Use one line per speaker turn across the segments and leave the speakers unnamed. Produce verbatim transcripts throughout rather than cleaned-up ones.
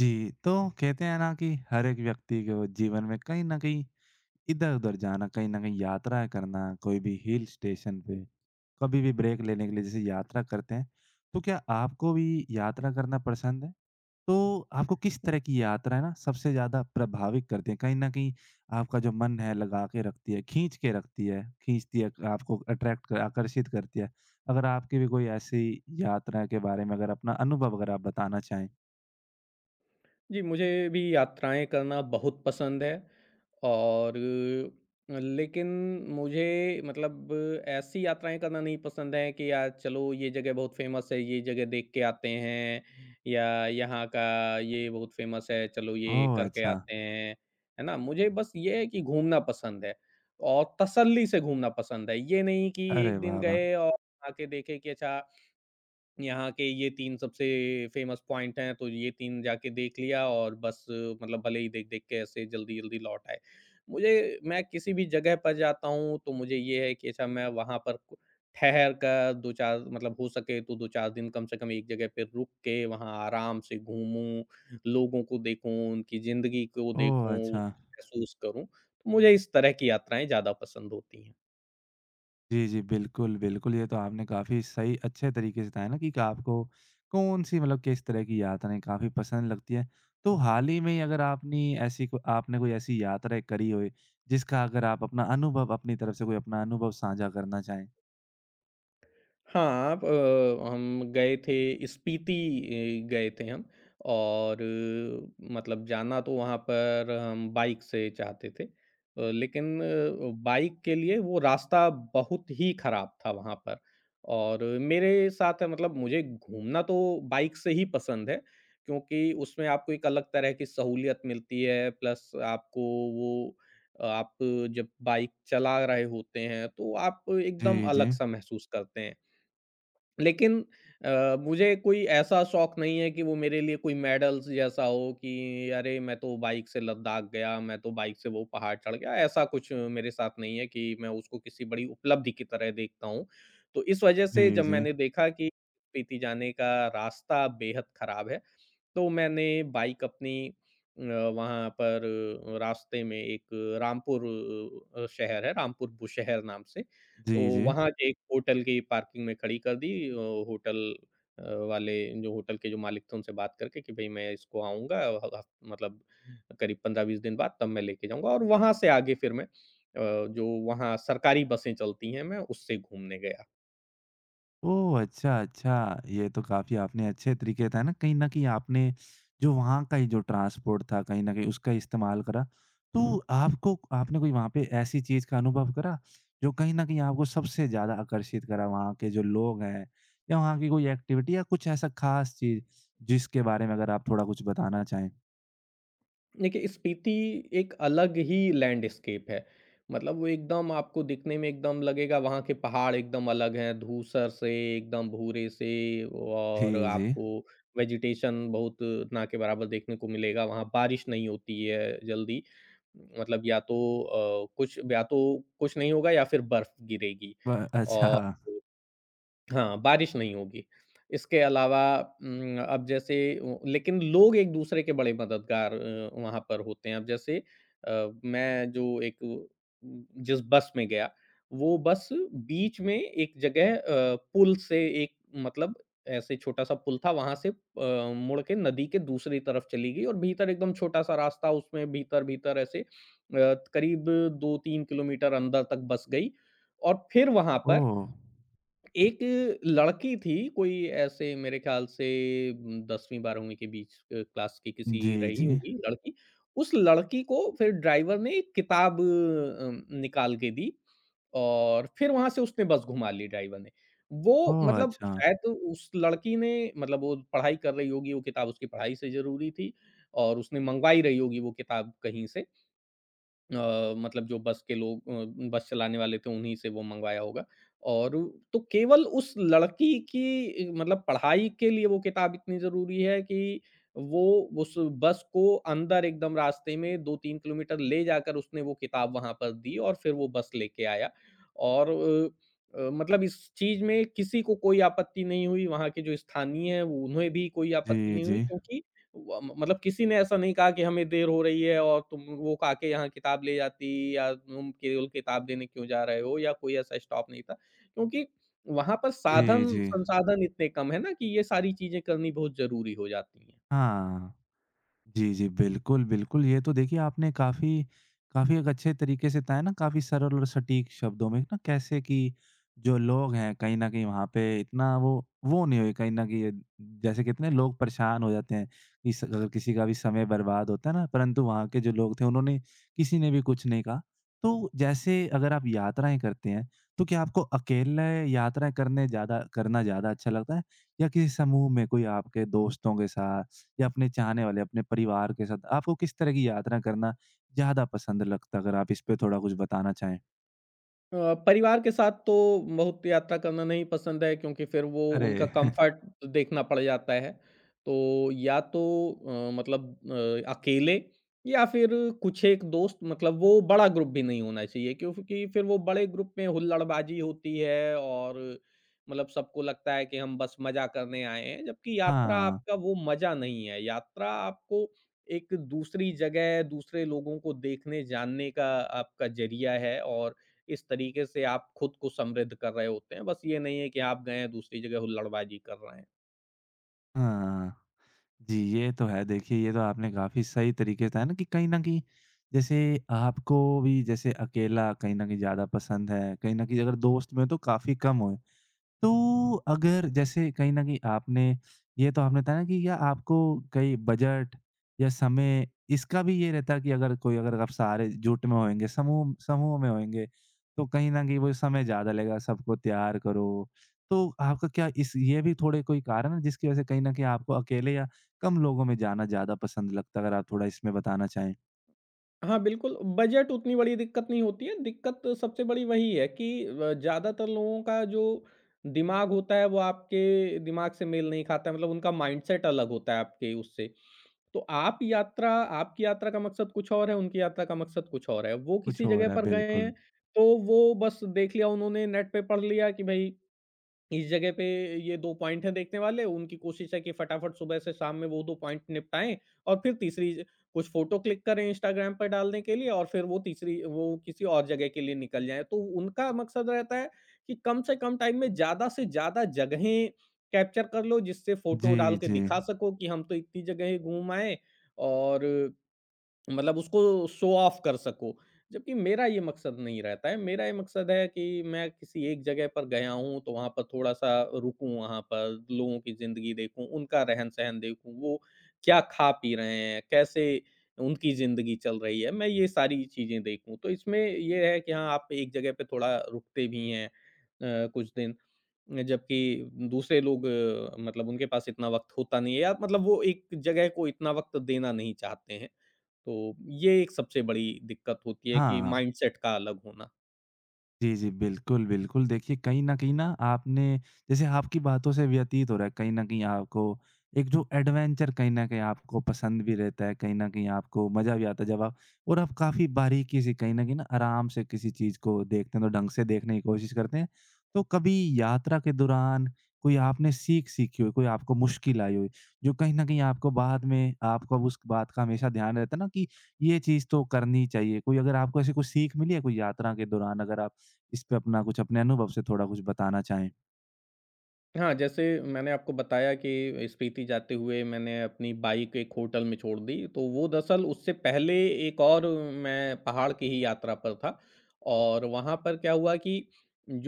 जी, तो कहते हैं ना कि हर एक व्यक्ति को जीवन में कहीं न कहीं इधर-उधर जाना, कहीं न कहीं यात्राएँ करना, कोई भी हिल स्टेशन पे, कभी भी ब्रेक लेने के लिए जैसे यात्रा करते हैं, तो क्या आपको भी यात्रा करना पसंद है? तो आपको किस
हुँ।
तरह की यात्राएँ ना सबसे ज़्यादा प्रभावित करती हैं? कहीं न कहीं आपका जो मन है लगा के रखती है, खींच के रखती है, खींचती है आपको अट्रैक्ट कर, आकर्षित करती है। अगर आपकी भी कोई ऐसी यात्रा के बारे में अगर अपना अनुभव अगर आप बताना चाहें?
जी, मुझे भी यात्राएँ करना बहुत पसंद है और अ, लेकिन मुझे मतलब ऐसी यात्राएँ करना नहीं पसंद है कि यार चलो ये जगह बहुत फ़ेमस है, ये जगह देख के आते हैं या यहाँ का ये बहुत फ़ेमस है, चलो ये
ओह!
करके
अच्छा।
आते हैं। है ना? मुझे बस ये है कि घूमना पसंद है और तसल्ली से घूमना पसंद है। ये नहीं कि
अरे
एक दिन
वाह, वाह!
गए और आके देखे कि अच्छा यहाँ के ये तीन सबसे फ़ेमस पॉइंट हैं, तो ये तीन जाके देख लिया और बस अ, मतलब भले ही देख-देख के ऐसे जल्दी-जल्दी लौट आए। मुझे मैं किसी भी जगह पर जाता हूँ, तो मुझे ये है कि अच्छा मैं वहाँ पर कु ठहर कर दो चार मतलब हो सके तो दो चार दिन कम से कम एक जगह पे रुक के वहाँ आराम से घूमूँ, लोगों को देखूँ, उनकी ज़िंदगी को
ओह!
देखूँ,
अच्छा।
महसूस करूँ। तो मुझे इस तरह की यात्राएँ ज़्यादा पसंद होती हैं।
जी, जी, बिल्कुल, बिल्कुल, ये तो आपने काफ़ी सही अच्छे तरीके से बताया ना कि आपको कौन-सी मतलब किस तरह की यात्राएँ काफ़ी पसंद लगती हैं। तो हाल ही में अगर आपने ऐसी को आपने कोई ऐसी यात्राएँ करी होए, जिसका अगर आप अपना अनुभव अपनी तरफ से कोई अपना अनुभव साझा करना चाहें?
हाँ, आप अ, हम गए थे स्पीति ए, गए थे हम और अ, मतलब जाना तो वहाँ पर हम बाइक से चाहते थे। अ, लेकिन अ, बाइक के लिए वो रास्ता बहुत ही ख़राब था वहाँ पर और मेरे साथ मतलब मुझे घूमना तो बाइक से ही पसंद है क्योंकि उसमें आपको एक अलग तरह की सहूलियत मिलती है प्लस आपको वो आप जब बाइक चला रहे होते हैं तो आप एकदम
जी,
अलग
जी।
सा महसूस करते हैं। लेकिन अ, मुझे कोई ऐसा शौक नहीं है कि वो मेरे लिए कोई मेडल्स जैसा हो कि अरे मैं तो बाइक से लद्दाख गया, मैं तो बाइक से वो पहाड़ चढ़ गया, ऐसा कुछ मेरे साथ नहीं है कि मैं उसको किसी बड़ी उपलब्धि की तरह देखता हूँ। तो इस वजह से
जी,
जब
जी।
मैंने देखा कि स्पीति जाने का रास्ता बेहद खराब है। तो मैंने बाइक अपनी अ, वहाँ पर अ, रास्ते में एक रामपुर अ, शहर है, रामपुर बुशहर नाम से,
जी,
तो
जी।
वहाँ के एक होटल की पार्किंग में खड़ी कर दी। अ, होटल अ, वाले जो होटल के जो मालिक थे उनसे बात करके कि भई मैं इसको आऊँगा ह ह मतलब करीब पंद्रह बीस दिन बाद तब मैं लेके जाऊँगा और वहाँ से आगे फिर मैं अ, जो वहाँ सरकारी बसें चलती हैं मैं उससे घूमने गया।
ओह! अच्छा, अच्छा। ये तो काफ़ी आपने अच्छे तरीके था ना कहीं न कहीं आपने जो वहाँ का ही जो ट्रांसपोर्ट था कहीं न कहीं उसका इस्तेमाल करा। तो आपको आपने कोई वहाँ पे ऐसी चीज़ का अनुभव करा जो कहीं न कहीं आपको सबसे ज़्यादा आकर्षित करा वहाँ के जो लोग हैं या वहाँ की कोई एक्टिविटी या कुछ ऐसा ख़ास चीज़ जिसके बारे में अगर आप थोड़ा कुछ बताना चाहें?
देखिए, स्पीति एक अलग ही लैंडस्केप है। मतलब वो एकदम आपको दिखने में एकदम लगेगा वहाँ के पहाड़ एकदम अलग हैं, धूसर से, एकदम भूरे से
जी,
और
जी।
आपको वेजिटेशन बहुत ना के बराबर देखने को मिलेगा। वहाँ बारिश नहीं होती है जल्दी। मतलब या तो अ, कुछ या तो कुछ नहीं होगा या फिर बर्फ गिरेगी
ब
और
अच्छा।
हाँ, बारिश नहीं होगी। इसके अलावा उम, अब जैसे उ लेकिन लोग एक-दूसरे के बड़े मददगार अ, वहाँ पर होते हैं। अब जैसे अ, मैं जो एक उम, जिस बस में गया, वो बस बीच में एक जगह अ, पुल से एक मतलब ऐसे छोटा-सा पुल था, वहाँ से अ, मुड़ के नदी के दूसरी तरफ चली गई और भीतर एकदम छोटा-सा रास्ता, उसमें भीतर-भीतर ऐसे अ, करीब दो तीन किलोमीटर अंदर तक बस गई और फिर वहाँ पर
ओह!
एक लड़की थी, कोई ऐसे मेरे ख़्याल से उम, दसवीं बारहवीं के बीच अ, क्लास की
जी,
किसी रही
जी।
होगी लड़की। उस लड़की को फिर ड्राइवर ने एक किताब अम, निकाल के दी और फिर वहाँ से उसने बस घुमा ली ड्राइवर ने। वो
ओह!
मतलब
अच्छा।
शायद उस लड़की ने मतलब वो पढ़ाई कर रही होगी, वो किताब उसकी पढ़ाई से ज़रूरी थी और उसने मँगवाई रही होगी वो किताब कहीं से। अ, मतलब जो बस के लोग अ, बस चलाने वाले थे उन्हीं से वो मँगवाया होगा और तो केवल उस लड़की की अ, मतलब पढ़ाई के लिए वो किताब इतनी ज़रूरी है कि वो उस बस को अंदर एकदम रास्ते में दो तीन किलोमीटर ले जाकर उसने वो किताब वहाँ पर दी और फिर वो बस लेके आया और अ अ, मतलब इस चीज़ में किसी को कोई आपत्ति नहीं हुई, वहाँ के जो स्थानीय हैं, उन्हें भी कोई आपत्ति
जी,
नहीं
जी।
हुई क्योंकि व म मतलब किसी ने ऐसा नहीं कहा कि हमें देर हो रही है और तुम वो खा के यहाँ किताब ले जाती या तुम केवल किताब लेने क्यों जा रहे हो या कोई ऐसा स्टॉप नहीं था। क्योंकि वहाँ पर
जी,
साधन
जी।
संसाधन इतने कम है ना कि ये सारी चीज़ें करनी बहुत ज़रूरी हो जाती हैं।
हाँ। जी, जी। बिल्कुल, बिल्कुल। ये तो देखिए आपने काफ़ी काफ़ी एक अच्छे तरीके से बताया ना काफ़ी सरल और सटीक शब्दों में ना कैसे कि जो लोग हैं कहीं न कहीं वहाँ पे इतना वो वो नहीं हुए कहीं न कहीं ये- जैसे कितने लोग परेशान हो जाते हैं, इस अगर किसी का भी समय बर्बाद होता है ना परंतु वहाँ के जो लोग थे उन्होंने किसी ने भी कुछ नहीं कहा। तो जैसे अगर आप यात्राएँ करते हैं, तो क्या आपको अकेले यात्राएँ करने ज़्यादा करना ज़्यादा अच्छा लगता है या किसी समूह में कोई आपके दोस्तों के साथ या अपने चाहने वाले, अपने परिवार के साथ आपको किस तरह की यात्रा करना ज़्यादा पसंद लगता है? अगर आप इस पे थोड़ा कुछ बताना चाहें।
अ, परिवार के साथ तो बहुत यात्रा करना नहीं पसंद है क्योंकि फिर वो
अरे!
उनका कंफर्ट देखना पड़ जाता है। तो या तो अ, मतलब अ, अकेले या फिर कुछ एक दोस्त मतलब वो बड़ा ग्रुप भी नहीं होना चाहिए क्योंकि फिर वो बड़े ग्रुप में हुल्लड़बाजी होती है और मतलब सबको लगता है कि हम बस मज़ा करने आए हैं, जबकि यात्रा
हाँ,
आपका वो मज़ा नहीं है। यात्रा आपको एक दूसरी जगह, दूसरे लोगों को देखने, जानने का आपका ज़रिया है और इस तरीके से आप खुद को समृद्ध कर रहे होते हैं। बस ये नहीं है कि आप गए हैं दूसरी जगह हुल्लड़बाज़ी कर रहे हैं।
हाँ। जी, ये तो है। देखिए, ये तो आपने काफ़ी सही तरीके से है ना कि कहीं न कहीं जैसे आपको भी जैसे अकेला कहीं न कहीं ज़्यादा पसंद है, कहीं न कहीं अगर दोस्त में हो तो काफ़ी कम हो। तो अगर जैसे कहीं न कहीं आपने ये तो आपने बताया ना कि या आपको कहीं बजट या समय इसका भी ये रहता है कि अगर कोई अगर आप सारे जुट में होएँगे, समूह समूह में होएँगे, तो कहीं न कहीं वो समय ज़्यादा लगेगा, सबको तैयार करो। तो आपका क्या इस ये भी थोड़े कोई कारण है जिसकी वजह से कहीं न कहीं आपको अकेले या कम लोगों में जाना ज़्यादा पसंद लगता है? अगर आप थोड़ा इसमें बताना चाहें?
हाँ, बिल्कुल बजट उतनी बड़ी दिक्कत नहीं होती है, दिक्कत सबसे बड़ी वही है कि अ, ज़्यादातर लोगों का जो दिमाग होता है वो आपके दिमाग से मेल नहीं खाता है मतलब उनका माइंडसेट अलग होता है आपके उससे। तो आप यात्रा आपकी यात्रा का मकसद कुछ और है, उनकी यात्रा का मकसद कुछ और है। वो
कुछ
किसी
और
जगह
है,
पर गए हैं,
बिल्कुल।
तो वो बस देख लिया उन्होंने नेट पे पढ़ लिया कि भई इस जगह पे ये दो पॉइंट हैं देखने वाले, उनकी कोशिश है कि फटाफट सुबह से शाम में वो दो पॉइंट निपटाएँ और फिर तीसरी ज कुछ फ़ोटो क्लिक करें इंस्टाग्राम पर डालने के लिए और फिर वो तीसरी वो किसी और जगह के लिए निकल जाएँ। तो उनका मकसद रहता है कि कम से कम टाइम में ज़्यादा से ज़्यादा जगहें कैप्चर कर लो, जिससे फ़ोटो
जी,
डाल के
जी।
दिखा सको कि हम तो इतनी जगह घूम आए और मतलब उसको शो ऑफ कर सको। जबकि मेरा ये मकसद नहीं रहता है, मेरा ये मकसद है कि मैं किसी एक जगह पर गया हूँ तो वहाँ पर थोड़ा-सा रुकूँ, वहाँ पर लोगों की ज़िंदगी देखूँ, उनका रहन-सहन देखूँ, वो क्या खा-पी रहे हैं, कैसे उनकी ज़िंदगी चल रही है, मैं ये सारी चीज़ें देखूँ। तो इसमें ये है कि हाँ, आप एक जगह पे थोड़ा रुकते भी हैं अ, कुछ दिन जबकि दूसरे लोग अ, मतलब उनके पास इतना वक़्त होता नहीं है या मतलब वो एक जगह को इतना वक़्त देना नहीं चाहते हैं। तो ये एक सबसे बड़ी दिक्कत होती है
हाँ।
कि
हाँ।
माइंडसेट का अलग होना।
जी, जी। बिल्कुल, बिल्कुल। देखिए, कहीं न कहीं ना आपने जैसे आपकी बातों से व्यतीत हो रहा है, कहीं न कहीं आपको एक जो एडवेंचर कहीं न कहीं आपको पसंद भी रहता है, कहीं न कहीं आपको मज़ा भी आता है जब आप और आप काफ़ी बारीकी से कहीं न कहीं ना आराम से किसी चीज़ को देखते हैं, तो ढंग से देखने की कोशिश करते हैं। तो कभी यात्रा के दौरान कोई आपने सीख सीखी हो, कोई आपको मुश्किल आई हो, जो कहीं न कहीं आपको बाद में आपको अब उस बात का हमेशा ध्यान रहता है ना कि ये चीज़ तो करनी चाहिए। कोई अगर आपको ऐसी कुछ सीख मिली है कोई यात्रा के दौरान अगर आप इस पे अपना कुछ अपने अनुभव से थोड़ा कुछ बताना चाहें?
हाँ, जैसे मैंने आपको बताया कि स्पीति जाते हुए मैंने अपनी बाइक एक होटल में छोड़ दी, तो वो दरअसल उससे पहले एक और मैं पहाड़ की ही यात्रा पर था और वहाँ पर क्या हुआ कि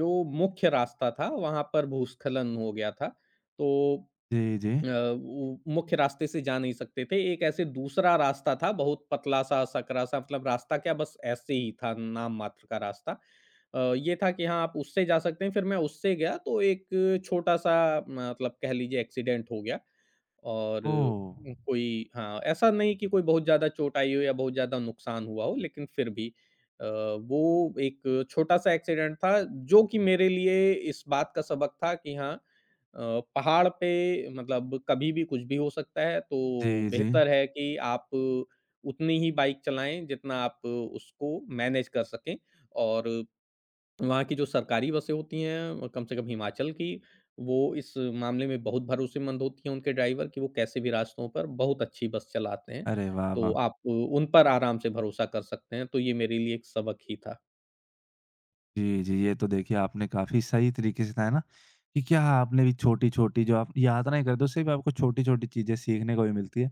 जो मुख्य रास्ता था, वहाँ पर भूस्खलन हो गया था। तो
जी, जी।
अ, वो मुख्य रास्ते से जा नहीं सकते थे। एक ऐसे दूसरा रास्ता था बहुत पतला-सा, सकरा-सा मतलब रास्ता क्या बस ऐसे ही था नाम मात्र का रास्ता। अ, ये था कि हाँ, आप उससे जा सकते हैं, फिर मैं उससे गया तो एक छोटा-सा मतलब कह लीजिए एक्सीडेंट हो गया। और
ओह!
उम, कोई हाँ, ऐसा नहीं कि कोई बहुत ज़्यादा चोट आई हो या बहुत ज़्यादा नुकसान हुआ हो, लेकिन फिर भी अ, वो एक छोटा-सा एक्सीडेंट था, जो कि मेरे लिए इस बात का सबक था कि हाँ अ, पहाड़ पे मतलब कभी भी कुछ भी हो सकता है, तो
जी, जी।
बेहतर है कि आप उतनी ही बाइक चलाएँ, जितना आप उसको मैनेज कर सकें और वहाँ की जो सरकारी बसें होती हैं, कम से कम हिमाचल की, वो इस मामले में बहुत भरोसेमंद होती हैं, उनके ड्राइवर कि वो कैसे भी रास्तों पर बहुत अच्छी बस चलाते हैं।
अरे वाह,
तो
वाह!
आप उन पर आराम से भरोसा कर सकते हैं, तो ये मेरे लिए एक सबक ही था।
जी, जी। ये तो देखिए आपने काफ़ी सही तरीके से बताया ना कि क्या आपने भी छोटी-छोटी जो आप याद नहीं करते, उससे भी आपको छोटी-छोटी चीज़ें सीखने को भी मिलती है।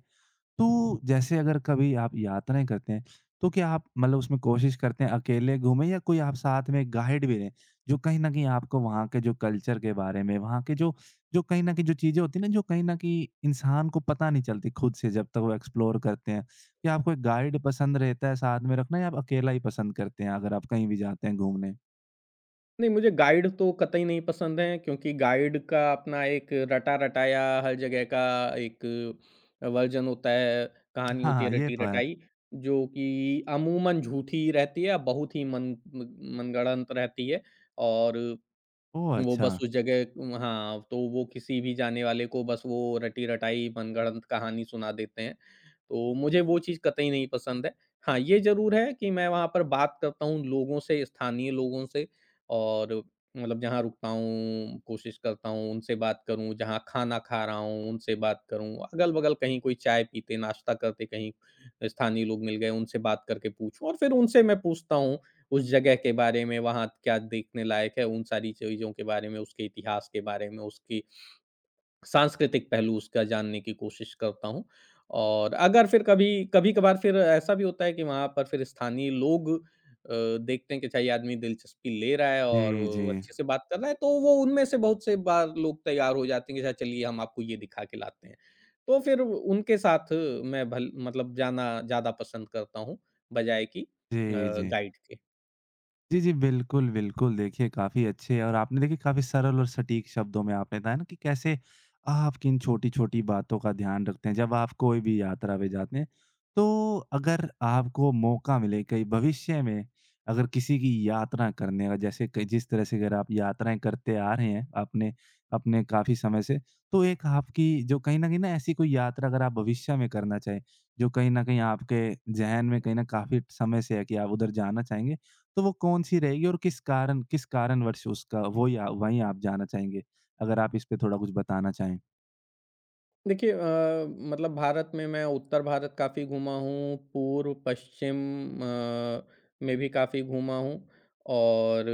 तो जैसे अगर कभी आप यात्राएँ करते हैं, तो क्या आप मतलब उसमें कोशिश करते हैं अकेले घूमें या कोई आप साथ में गाइड भी रहें, जो कहीं न कहीं आपको वहाँ के जो कल्चर के बारे में, वहाँ के जो जो कहीं न कहीं जो चीज़ें होती हैं ना, जो कहीं न कहीं इंसान को पता नहीं चलती खुद से जब तक वो एक्सप्लोर करते हैं। क्या आपको एक गाइड पसंद रहता है साथ में रखना या आप अकेला ही पसंद करते हैं अगर आप कहीं भी जाते हैं घूमने?
नहीं, मुझे गाइड तो कतई नहीं पसंद हैं क्योंकि गाइड का अपना एक रटा-रटाया हर जगह का एक वर्जन होता है, कहानी
हाँ,
होती
हाँ,
है
ये तो है।
रटी-रटाई, जो कि अमूमन झूठी रहती है, बहुत ही मन म मनगढ़ंत रहती है और
ओह!
वो
अच्छा।
बस उस जगह उम, हाँ, तो वो किसी भी जाने वाले को बस वो रटी-रटाई मनगढ़ंत कहानी सुना देते हैं। तो मुझे वो चीज़ कतई नहीं पसंद है। हाँ, ये ज़रूर है कि मैं वहाँ पर बात करता हूँ लोगों से, स्थानीय लोगों से और मतलब जहाँ रुकता हूँ, कोशिश करता हूँ उनसे बात करूँ, जहाँ खाना खा रहा हूँ उनसे बात करूँ, अगल-बगल कहीं कोई चाय पीते, नाश्ता करते कहीं स्थानीय लोग मिल गए, उनसे बात करके पूछूँ और फिर उनसे मैं पूछता हूँ उस जगह के बारे में, वहाँ क्या देखने लायक है, उन सारी चीज़ों के बारे में, उसके इतिहास के बारे में, उसकी सांस्कृतिक पहलू उसका जानने की कोशिश करता हूँ। और अगर फिर कभी कभी-कभार फिर ऐसा भी होता है कि वहाँ पर फिर स्थानीय लोग अ, देखते हैं कि अच्छा ये आदमी दिलचस्पी ले रहा है और
जी, जी।
वो अच्छे से बात कर रहा है, तो वो उनमें से बहुत से बार लोग तैयार हो जाते हैं कि अच्छा चलिए हम आपको ये दिखा के लाते हैं। तो फिर उनके साथ मैं भल मतलब जाना ज़्यादा पसंद करता हूँ, बजाए कि अ,
जी, जी।
गाइड के।
जी, जी। बिल्कुल, बिल्कुल। देखिए काफ़ी अच्छे और आपने देखिए काफ़ी सरल और सटीक शब्दों में आपने बताया ना कि कैसे आप किन छोटी-छोटी बातों का ध्यान रखते हैं जब आप कोई भी यात्रा पे जाते हैं। तो अगर आपको मौका मिले कहीं भविष्य में अगर किसी की यात्रा करने का जैसे क जिस तरह से अगर आप यात्राएँ करते आ रहे हैं अपने अपने काफ़ी समय से, तो एक आपकी जो कहीं न कहीं ना ऐसी कोई यात्रा अगर आप भविष्य में करना चाहें, जो कहीं न कहीं आपके ज़हन में कहीं न काफ़ी समय से है कि आप उधर जाना चाहेंगे? तो वो कौन-सी रहेगी और किस कारण किस कारणवश उसका वो या वहीं आप जाना चाहेंगे? अगर आप इस पे थोड़ा कुछ बताना चाहें?
देखिए अ, मतलब भारत में मैं उत्तर भारत काफ़ी घूमा हूँ, पूर्व, पश्चिम अ, में भी काफ़ी घूमा हूँ और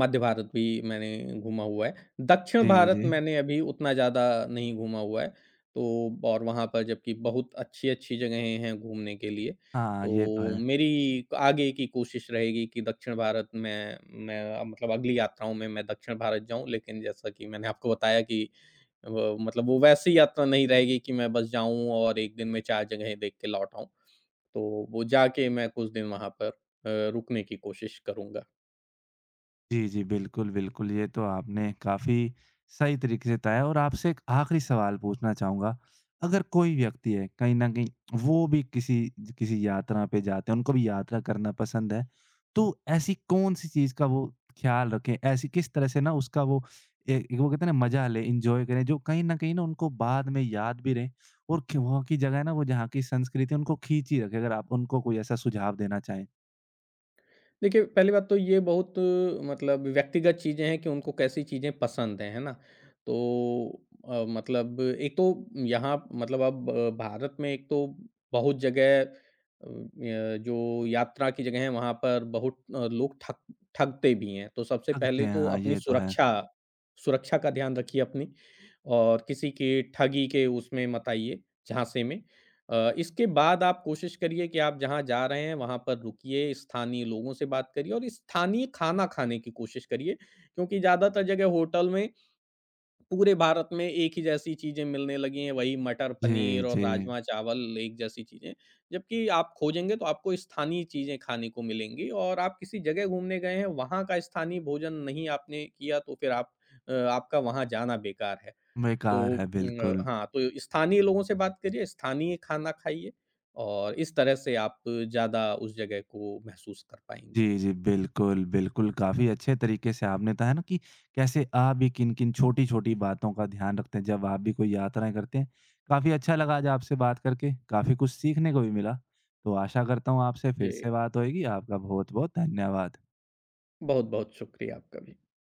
मध्य भारत भी मैंने घूमा हुआ है। दक्षिण
जी,
भारत
जी।
मैंने अभी उतना ज़्यादा नहीं घूमा हुआ है, तो और वहाँ पर जबकि बहुत अच्छी-अच्छी जगहें हैं घूमने के लिए।
हाँ, ये तो
तो
है।
मेरी आगे की कोशिश रहेगी कि दक्षिण भारत में मैं मतलब अगली यात्राओं में मैं दक्षिण भारत जाऊँ, लेकिन जैसा कि मैंने आपको बताया कि वो मतलब वो वैसी यात्रा नहीं रहेगी कि मैं बस जाऊँ और एक दिन में चार जगहें देख के लौट आऊँ। तो वो जाके मैं कुछ दिन वहाँ पर अ, रुकने की कोशिश करूँगा।
जी, जी। बिल्कुल, बिल्कुल। ये तो आपने काफ़ी सही तरीके से बताया और आपसे एक आखिरी सवाल पूछना चाहूँगा। अगर कोई व्यक्ति है, कहीं न कहीं वो भी किसी किसी यात्रा पे जाते हैं, उनको भी यात्रा करना पसंद है, तो ऐसी कौन-सी चीज़ का वो ख़्याल रखें? ऐसी किस तरह से ना उसका वो ए एक वो कहते हैं ना मज़ा लें, एन्जॉय करें, जो कहीं न कहीं ना उनको बाद में याद भी रहे और क वहाँ की जगह ना वो जहाँ की संस्कृति है, उनको खींची रखे। अगर आप उनको कोई ऐसा सुझाव देना चाहें?
देखिए, पहली बात तो ये बहुत मतलब व्यक्तिगत चीज़ें हैं कि उनको कैसी चीज़ें पसंद हैं, है ना? तो अ, मतलब एक तो यहाँ मतलब अब अ, भारत में एक तो बहुत जगह अ, य जो यात्रा की जगह है, वहाँ पर बहुत अ, लोग ठग ठगते भी हैं। तो सबसे
सकते
पहले
हैं।
तो
हाँ,
अपनी
ये तो है।
सुरक्षा सुरक्षा का ध्यान रखिए अपनी और किसी की ठगी के उसमें मत आइए, झांसे में। अ, इसके बाद आप कोशिश करिए कि आप जहाँ जा रहे हैं वहाँ पर रुकिए, स्थानीय लोगों से बात करिए और स्थानीय खाना खाने की कोशिश करिए क्योंकि ज़्यादातर जगह होटल में पूरे भारत में एक ही जैसी चीज़ें मिलने लगी हैं, वही मटर
जी,
पनीर और
जी।
राजमा-चावल एक जैसी चीज़ें। जबकि आप खोजेंगे तो आपको स्थानीय चीज़ें खाने को मिलेंगी और आप किसी जगह घूमने गए हैं, वहाँ का स्थानीय भोजन नहीं आपने किया तो फिर आप अ, आपका वहाँ जाना बेकार है। तो
बेकार है,
उम,
बिल्कुल।
हाँ, तो स्थानीय लोगों से बात करिए, स्थानीय खाना खाइए और इस तरह से आप ज़्यादा उस जगह को महसूस कर पाएँगे।
जी, जी, बिल्कुल, बिल्कुल, काफ़ी अच्छे तरीके से आपने बताया ना कि कैसे आप भी किन-किन छोटी-छोटी बातों का ध्यान रखते हैं जब आप भी कोई यात्राएँ करते हैं। काफ़ी अच्छा लगा आज आपसे बात करके, काफ़ी कुछ सीखने को भी मिला। तो आशा करता हूँ आपसे
जी,
फिर से बात होएगी। आपका बहुत-बहुत धन्यवाद।
बहुत-बहुत शुक्रिया आपका भी।